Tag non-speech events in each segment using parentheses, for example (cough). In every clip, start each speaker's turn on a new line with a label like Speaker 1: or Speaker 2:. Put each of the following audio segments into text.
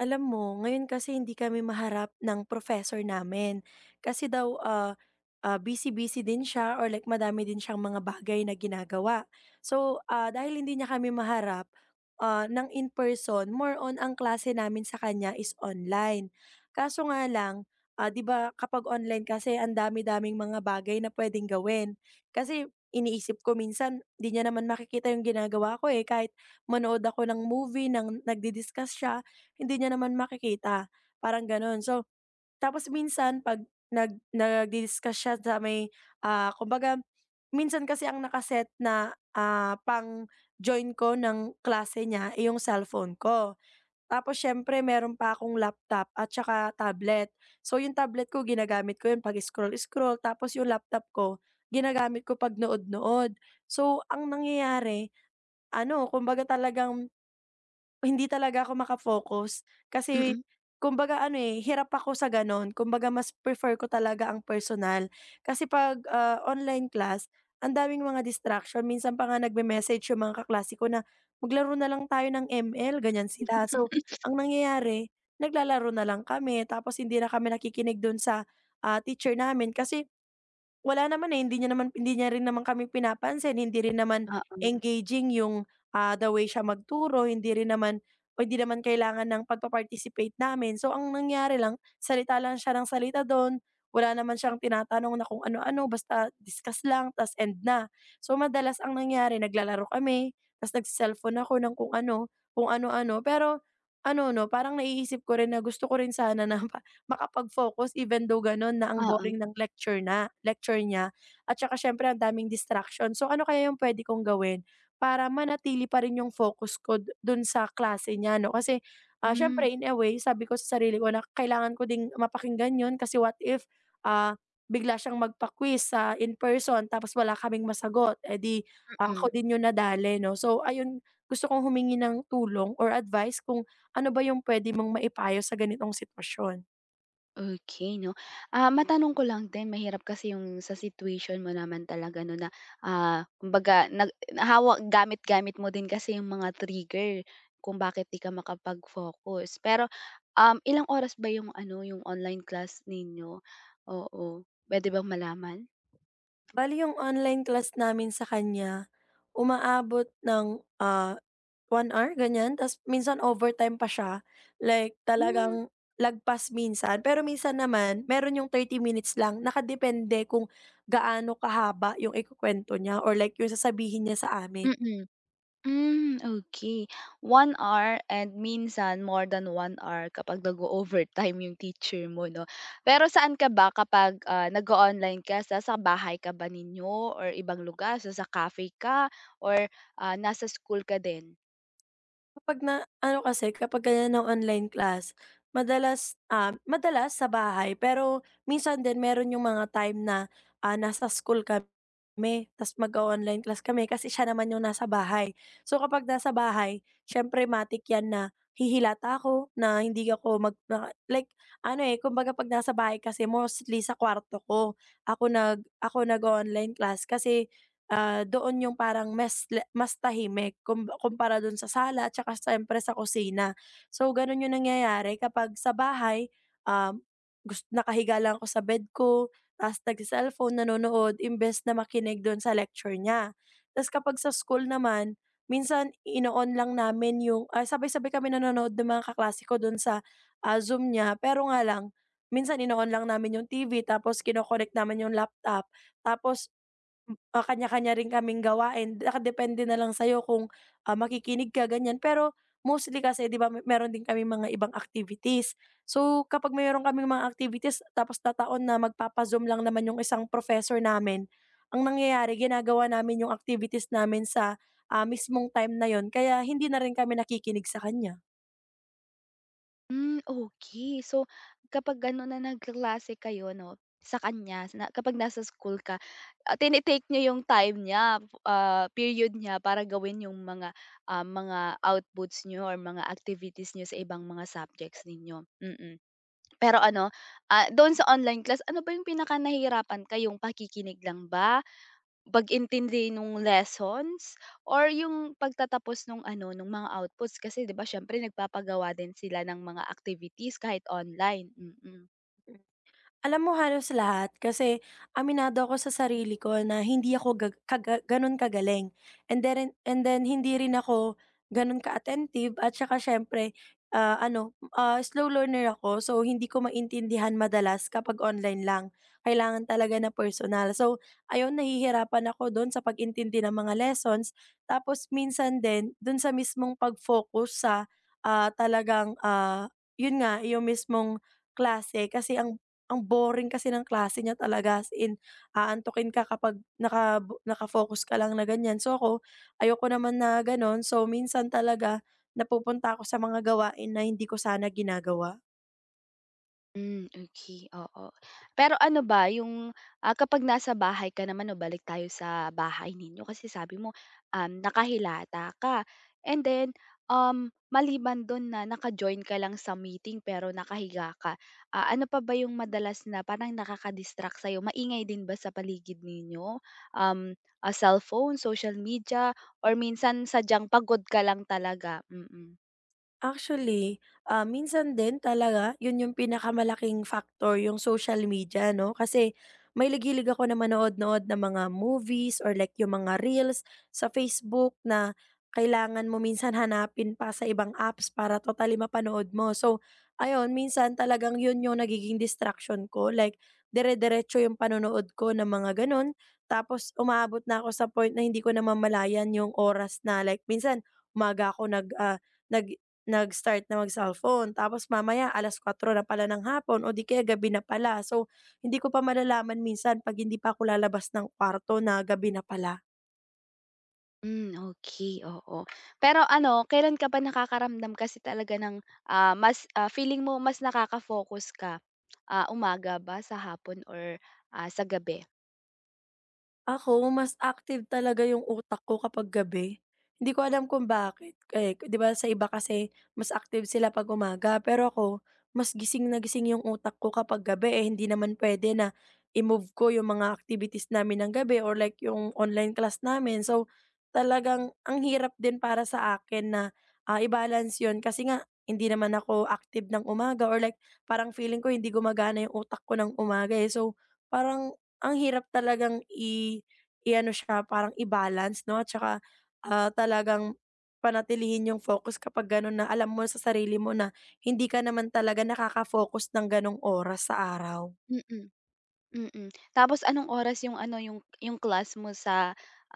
Speaker 1: Alam mo, ngayon kasi hindi kami maharap ng professor namin. Kasi daw, busy-busy din siya or like madami din siyang mga bagay na ginagawa. So, dahil hindi niya kami maharap ng in-person, more on ang klase namin sa kanya is online. Kaso nga lang, 'di ba kapag online kasi ang dami-daming mga bagay na pwedeng gawin. Kasi iniisip ko minsan, di niya naman makikita yung ginagawa ko eh. Kahit manood ako ng movie, nang nagdi-discuss siya, hindi niya naman makikita, parang gano'n. So, tapos minsan 'pag nag nag discuss siya sa may, kumbaga minsan kasi ang nakaset na, pang-join ko ng klase niya, eh, yung cellphone ko. Tapos siyempre meron pa akong laptop at saka tablet. So, yung tablet ko ginagamit ko yun 'pag scroll-scroll, tapos yung laptop ko ginagamit ko 'pag nood-nood. So, ang nangyayari ano, kumbaga talagang hindi talaga ako maka-focus kasi
Speaker 2: Mm,
Speaker 1: kumbaga ano, eh, hirap ako sa gano'n. Kumbaga mas prefer ko talaga ang personal. Kasi 'pag, online class, ang daming mga distraction. Minsan pa nga nagme-message yung mga kaklase ko na, "Maglaro na lang tayo ng ML," ganyan sila. So, ang nangyayari, naglalaro na lang kami tapos hindi na kami nakikinig do'n sa, teacher namin kasi wala naman, eh, hindi niya rin naman kami pinapansin, hindi rin naman
Speaker 2: oo,
Speaker 1: engaging yung the way siya magturo hindi rin naman o hindi naman kailangan ng pagpa-participate namin. So ang nangyari lang, salita lang siya ng salita dun, wala naman siyang tinatanong na kung ano-ano, basta discuss lang tas end na. So madalas ang nangyari naglalaro kami, tas nagse-cellphone ako ng kung ano, kung ano-ano. Pero ano 'no, parang naiisip ko rin na gusto ko rin sana na (laughs) pa makapag-focus even though ganun na ang
Speaker 2: oo.
Speaker 1: boring ng lecture na lecture niya at saka siyempre ang daming distraction. So ano kaya yung pwede kong gawin? Para manatili pa rin yung focus ko dun sa klase niya 'no, kasi,
Speaker 2: Hmm,
Speaker 1: siyempre in a way sabi ko sa sarili ko na kailangan ko ding mapakinggan yun kasi what if, ah, bigla siyang magpa-quiz sa in person tapos wala kaming masagot, eh, di, ako
Speaker 2: mm,
Speaker 1: din yung nadali 'no. So ayun, gusto kong humingi ng tulong or advice kung ano ba yung pwede mong maipayo sa ganitong sitwasyon.
Speaker 2: okey 'no. Matanong ko lang din mahirap kasi yung sa situation mo naman talaga 'no na, kumbaga hawak gamit-gamit mo din kasi yung mga trigger kung bakit 'di ka makapag-focus. Pero, ilang oras ba yung ano, yung online class ninyo? Oo, puwede bang malaman?
Speaker 1: Bale yung online class namin sa kanya, umaabot ng, 1 hour ganyan ta's minsan overtime pa siya, like
Speaker 2: Hmm,
Speaker 1: talagang lagpas minsan. Pero minsan naman meron yung 30 minutes lang nakadepende kung gaano kahaba yung ikukuwento niya or like yung sasabihin niya sa amin.
Speaker 2: mm. Hmm, okay. 1 hour and minsan more than 1 hour kapag nag overtime yung teacher mo 'no. Pero saan ka ba kapag, nag online ka, Sa bahay ka ba ninyo or ibang lugar, sa cafe ka or, nasa school ka din?
Speaker 1: Kapag na ano kasi kapag ganyan na online class, madalas sa bahay pero minsan din meron yung mga time na, nasa school kami ta's mag online class kami kasi siya naman yung nasa bahay. So, kapag nasa bahay siyempre matik 'yan na hihilata ako, na hindi ako mag na like ano, eh, kumbaga 'pag nasa bahay kasi mostly sa kwarto ko, ako nag online class kasi doon yung parang mas tahimik kumpara dun sa sala at saka siyempre sa kusina. So, ganun yung nangyayari kapag sa bahay, um, gus nakahiga lang ako sa bed ko ta's nagse-cellphone, nanonood imbes na makinig dun sa lecture niya. Tapos kapag sa school naman, minsan ino-on lang namin yung sabay-sabay kami nanonood ng mga kaklase ko dun sa, Zoom niya pero nga lang minsan ino-on lang namin yung TV tapos kino-connect namin yung laptop tapos kanya-kanya rin kaming gawain. Nakadepende na lang sa'yo kung, makikinig ka, ganyan. Pero mostly kasi 'di ba meron din kami mga ibang activities. So, kapag meron kaming mga activities tapos tataon na magpapazoom lang naman yung isang professor namin, ang nangyayari ginagawa namin yung activities namin sa, mismong time na yun kaya hindi na rin kami nakikinig sa kanya.
Speaker 2: Hmm, okay. So, kapag ano na nagkaklase kayo 'no, sa kanya na kapag nasa school ka, tini-take niyo yung time niya, period niya para gawin yung mga outputs niyo or mga activities niyo sa ibang mga subjects ninyo, mm. Pero ano, doon sa online class, ano ba yung pinakanahihirapan ka, yung pakikinig lang ba pag-intindi nung lessons or yung pagtatapos nung ano, nung mga outputs kasi 'di ba siyempre nagpapagawa din sila ng mga activities kahit online, mm.
Speaker 1: Alam mo halos lahat kasi aminado ako sa sarili ko na hindi ako ga kaga gano'n kagaling and then hindi rin ako gano'n ka-attentive at saka siyempre, ano, slow learner ako so hindi ko maintindihan madalas kapag online lang. Kailangan talaga na personal. So ayun, nahihirapan ako do'n sa pag-intindi ng mga lessons tapos minsan din do'n sa mismong pag-focus sa, talagang, 'yun nga, yung mismong klase kasi ang boring kasi ng klase niya talaga as in aantukin ka kapag naka-focus ka lang na ganyan. So, ako ayoko naman na gano'n. So, minsan talaga napupunta ako sa mga gawain na hindi ko sana ginagawa.
Speaker 2: Hmm, okay, oo. Pero ano ba yung, kapag nasa bahay ka naman o balik tayo sa bahay ninyo kasi sabi mo, nakahilata ka and then, maliban dun na naka-join ka lang sa meeting pero nakahiga ka, ano pa ba yung madalas na parang nakaka-distract sa'yo? Maingay din ba sa paligid ninyo? Cellphone, social media or minsan sadyang pagod ka lang talaga? Mm.
Speaker 1: Actually, minsan din talaga 'yun yung pinakamalaking factor yung social media 'no, kasi mahilig-hilig ako na manood-nood ng mga movies or like yung mga reels sa Facebook na kailangan mo minsan hanapin pa sa ibang apps para totally mapanood mo. So ayun, minsan talagang 'yun yung nagiging distraction ko like dire-diretso yung panonood ko ng mga gano'n, tapos umaabot na ako sa point na hindi ko namamalayan yung oras na like minsan umaga ako nag nag-start na mag-cellphone tapos mamaya 4:00 na pala ng hapon o di kaya gabi na pala. So, hindi ko pa malalaman minsan 'pag hindi pa ako lalabas ng kwarto na gabi na pala.
Speaker 2: Hmm, okey, oo. Pero ano, kailan ka ba nakakaramdam kasi talaga ng, mas, feeling mo mas nakaka-focus ka? Umaga ba, sa hapon or, sa gabi?
Speaker 1: Ako, mas active talaga yung utak ko kapag gabi. Hindi ko alam kung bakit. Eh, 'di ba sa iba kasi mas active sila 'pag umaga, pero ako mas gising na gising yung utak ko kapag gabi, eh, hindi naman pwede na i-move ko yung mga activities namin ng gabi or like yung online class namin. So, talagang ang hirap din para sa akin na, i-balance yun kasi nga hindi naman ako active ng umaga or like parang feeling ko hindi gumagana yung utak ko ng umaga, eh. So, parang ang hirap talagang i-ano siya parang i-balance 'no, at saka, talagang panatilihin yung focus kapag gano'n na alam mo sa sarili mo na hindi ka naman talaga nakaka-focus ng gano'ng oras sa araw.
Speaker 2: Mm, mm. Tapos anong oras yung ano, yung class mo sa,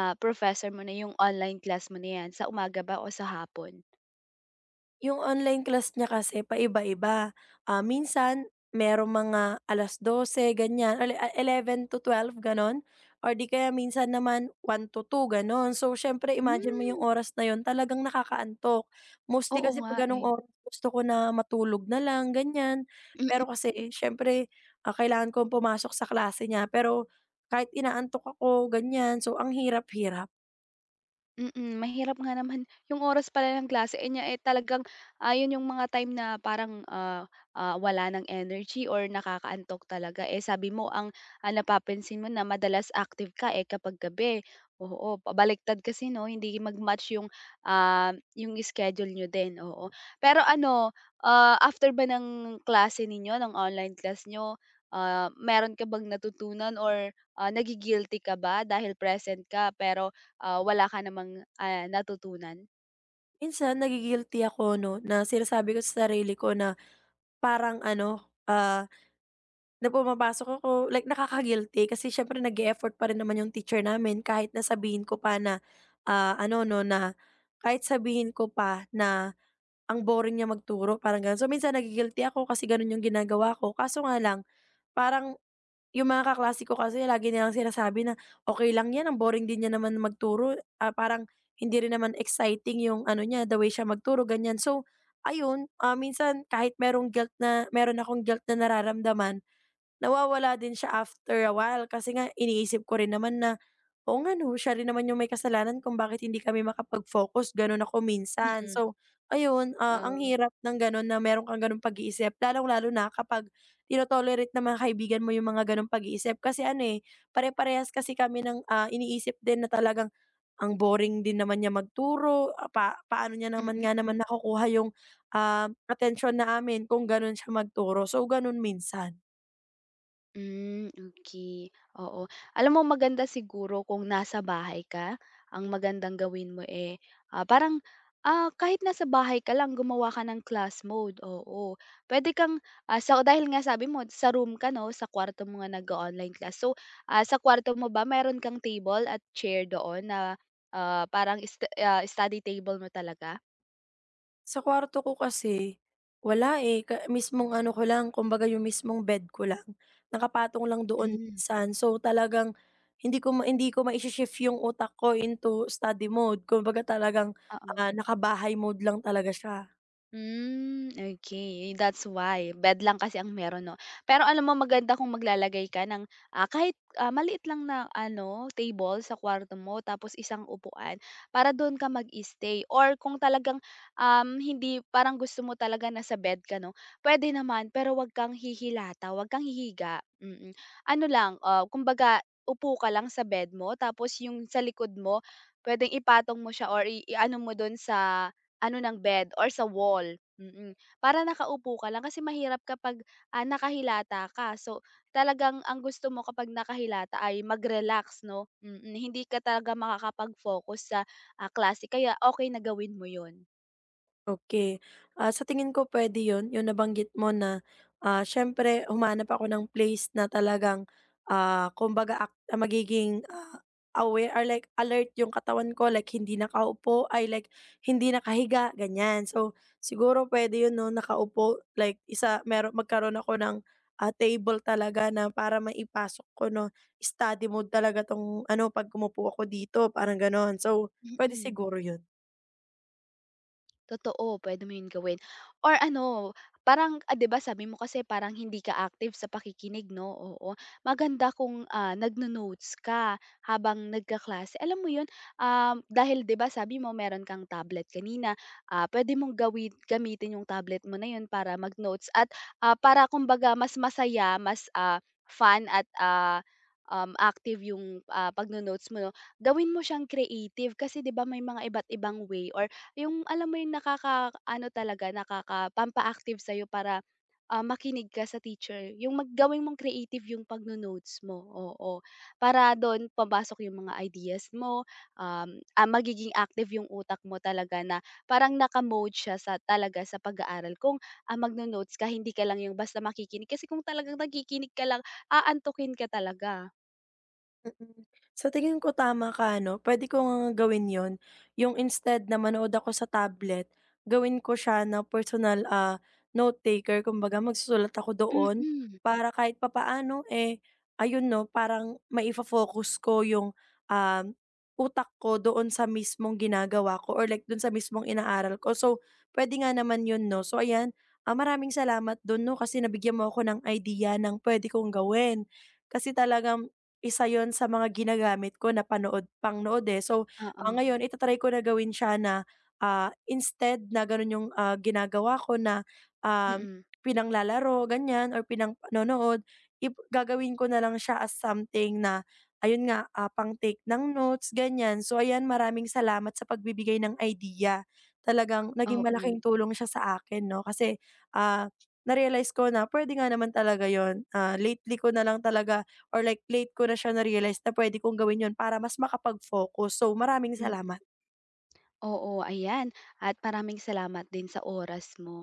Speaker 2: professor mo na yung online class mo na 'yan, sa umaga ba o sa hapon?
Speaker 1: Yung online class niya kasi paiba-iba. Minsan merong mga 12:00 ganyan, 11:00 to 12:00 gano'n or 'di kaya minsan naman one to two gano'n. So, siyempre imagine mo yung
Speaker 2: Hmm,
Speaker 1: oras na yon talagang nakakaantok. Mostly
Speaker 2: oo
Speaker 1: kasi
Speaker 2: nga,
Speaker 1: 'pag gano'ng
Speaker 2: eh.
Speaker 1: oras gusto ko na matulog na lang ganyan.
Speaker 2: Mm.
Speaker 1: Pero kasi siyempre, kailangan kong pumasok sa klase niya pero kahit inaantok ako ganyan, so ang hirap-hirap.
Speaker 2: Mahirap nga naman yung oras pala ng klase eh, niya, eh, talagang, yung mga time na parang, wala ng energy or nakakaantok talaga. Eh, sabi mo ang, napapansin mo na madalas active ka, eh, kapag gabi. Oo, baliktad kasi 'no, hindi mag-match yung schedule niyo din, oo. Pero ano, after ba ng klase ninyo, ng online class niyo, meron ka bang natutunan or, nagi-guilty ka ba dahil present ka pero wala ka namang, natutunan?
Speaker 1: Minsan nagi-guilty ako 'no na sinasabi ko sa sarili ko na parang ano, na pumapasok ako like nakaka-guilty kasi siyempre nag effort pa rin naman yung teacher namin kahit na sabihin ko pa na, ano 'no, na kahit sabihin ko pa na ang boring niya magturo parang gano'n. So minsan nagigilty ako kasi ganun yung ginagawa ko kaso nga lang parang yung mga kaklase ko kasi lagi nilang sinasabi na, "Okey lang 'yan, ang boring din niya naman magturo, parang hindi rin naman exciting yung ano niya, the way siya magturo," ganyan. So ayun, minsan kahit meron akong guilt na nararamdaman, nawawala din siya after a while kasi nga iniisip ko rin naman na, "Oo nga 'no, siya rin naman yung may kasalanan kung bakit hindi kami makapag-focus." Gano'n ako minsan.
Speaker 2: Mm.
Speaker 1: So, ayun, ang
Speaker 2: Oo,
Speaker 1: hirap ng gano'n na meron kang gano'ng pag-iisip lalong-lalo na kapag tino-tolerate ng mga kaibigan mo yung mga gano'ng pag-iisip. Kasi ano, eh, pare-parehas kasi kami ng, iniisip din na talagang ang boring din naman niya magturo, ah, pa paano niya naman
Speaker 2: mm.
Speaker 1: nga naman nakukuha yung, attention na amin kung gano'n siya magturo. So, gano'n minsan.
Speaker 2: Hmm, okey, oo. Alam mo maganda siguro kung nasa bahay ka, ang magandang gawin mo, eh, parang, kahit nasa bahay ka lang gumawa ka ng class mode, oo. Puwede kang, sa dahil nga sabi mo sa room ka 'no, sa kwarto mo nga nag-o-online class. So, sa kwarto mo ba meron kang table at chair doon na, parang study table mo talaga?
Speaker 1: Sa kwarto ko kasi, wala, eh, mismong ano ko lang, kumbaga yung mismong bed ko lang, nakapatong lang doon
Speaker 2: Hmm,
Speaker 1: minsan. So, talagang hindi ko mai-shi-shift yung utak ko into study mode, kumbaga talagang,
Speaker 2: oo.
Speaker 1: nakabahay mode lang talaga siya.
Speaker 2: Hmm, okay. That's why. Bed lang kasi ang meron 'no. Pero alam mo maganda kung maglalagay ka ng, kahit, maliit lang na ano, table sa kwarto mo tapos isang upuan para doon ka mag-stay or kung talagang, hindi parang gusto mo talaga na sa bed ka 'no, puwede naman pero 'wag kang hihilata, 'wag kang hihiga, mm. Mm. Ano lang, kumbaga upo ka lang sa bed mo tapos yung sa likod mo puwedeng ipatong mo siya or i-ano mo doon sa ano ng bed or sa wall, mm. Mm. Para nakaupo ka lang kasi mahirap kapag, nakahilata ka. So, talagang ang gusto mo kapag nakahilata ay mag-relax 'no, mm. Mm. Hindi ka talaga makakapag-focus sa, klase kaya okey na gawin mo 'yun,
Speaker 1: Okay. Sa tingin ko puwede 'yun, 'yung nabanggit mo na, siyempre humanap ako ng place na talagang, kumbaga magiging, aware or like alert 'yung katawan ko, like hindi nakaupo, ay like hindi nakahiga, ganyan. So, siguro pwede 'yun 'no, nakaupo, like isa mero magkaroon ako ng, table talaga na para maipasok ko 'no, study mode talaga 'tong ano 'pag kumupo ako dito, parang gano'n. So,
Speaker 2: mm.
Speaker 1: pwede
Speaker 2: Mm.
Speaker 1: siguro 'yun.
Speaker 2: Totoo, pwede mo 'yun gawin or ano, parang, 'di ba sabi mo kasi parang hindi ka active sa pakikinig 'no, oo. Maganda kung, nagno-notes ka habang nagkaklase. Alam mo 'yun, dahil 'di ba sabi mo meron kang tablet kanina, puwede mong gawin gamitin yung tablet mo na 'yun para mag-notes at, para kumbaga mas masaya, mas, fun at, active yung, pagno-notes mo 'no, gawin mo siyang creative kasi 'di ba may mga iba't ibang way or yung alam mo yung nakaka ano talaga, nakaka pampaactive sa'yo para, makinig ka sa teacher. Yung mong creative yung pagno-notes mo, oo. Para dun papasok yung mga ideas mo, magiging active yung utak mo talaga na parang naka-mode siya sa talaga sa pag-aaral. Kung, magno-notes ka hindi ka lang yung basta makikinig kasi kung talagang nakikinig ka lang aantukin ka talaga.
Speaker 1: Mm. Sa tingin ko tama ka 'no, puwede ko ngang gawin yon, yung instead na manood ako sa tablet, gawin ko siya na personal, note taker kumbaga magsusulat ako doon
Speaker 2: Mm,
Speaker 1: para kahit papaano, eh, ayun 'no parang maifa-focus ko yung, um, utak ko doon sa mismong ginagawa ko or like dun sa mismong inaaral ko. So, pwede nga naman 'yun 'no. So ayan, maraming salamat dun 'no kasi nabigyan mo ako ng idea ng puwede kong gawin. Kasi talagang isa 'yun sa mga ginagamit ko na panood pangnood, eh. So,
Speaker 2: oo.
Speaker 1: ngayon ita ko na gawin siya na, instead na gano'n 'yung, ginagawa ko na, um,
Speaker 2: Mm,
Speaker 1: pinanglalaro ganyan or pinangpanonood, gagawin ko na lang siya as something na ayun nga, pang-take ng notes ganyan. So, ayan maraming salamat sa pagbibigay ng idea. Talagang naging
Speaker 2: oo.
Speaker 1: malaking tulong siya sa akin 'no, kasi, ah, na-realize ko na pwede nga naman talaga yon. Lately ko na lang talaga or like late ko na siya na-realize na puwede kong gawin yun para mas makapag-focus. So, maraming
Speaker 2: Hmm.
Speaker 1: salamat.
Speaker 2: Oo, ayan. At maraming salamat din sa oras mo.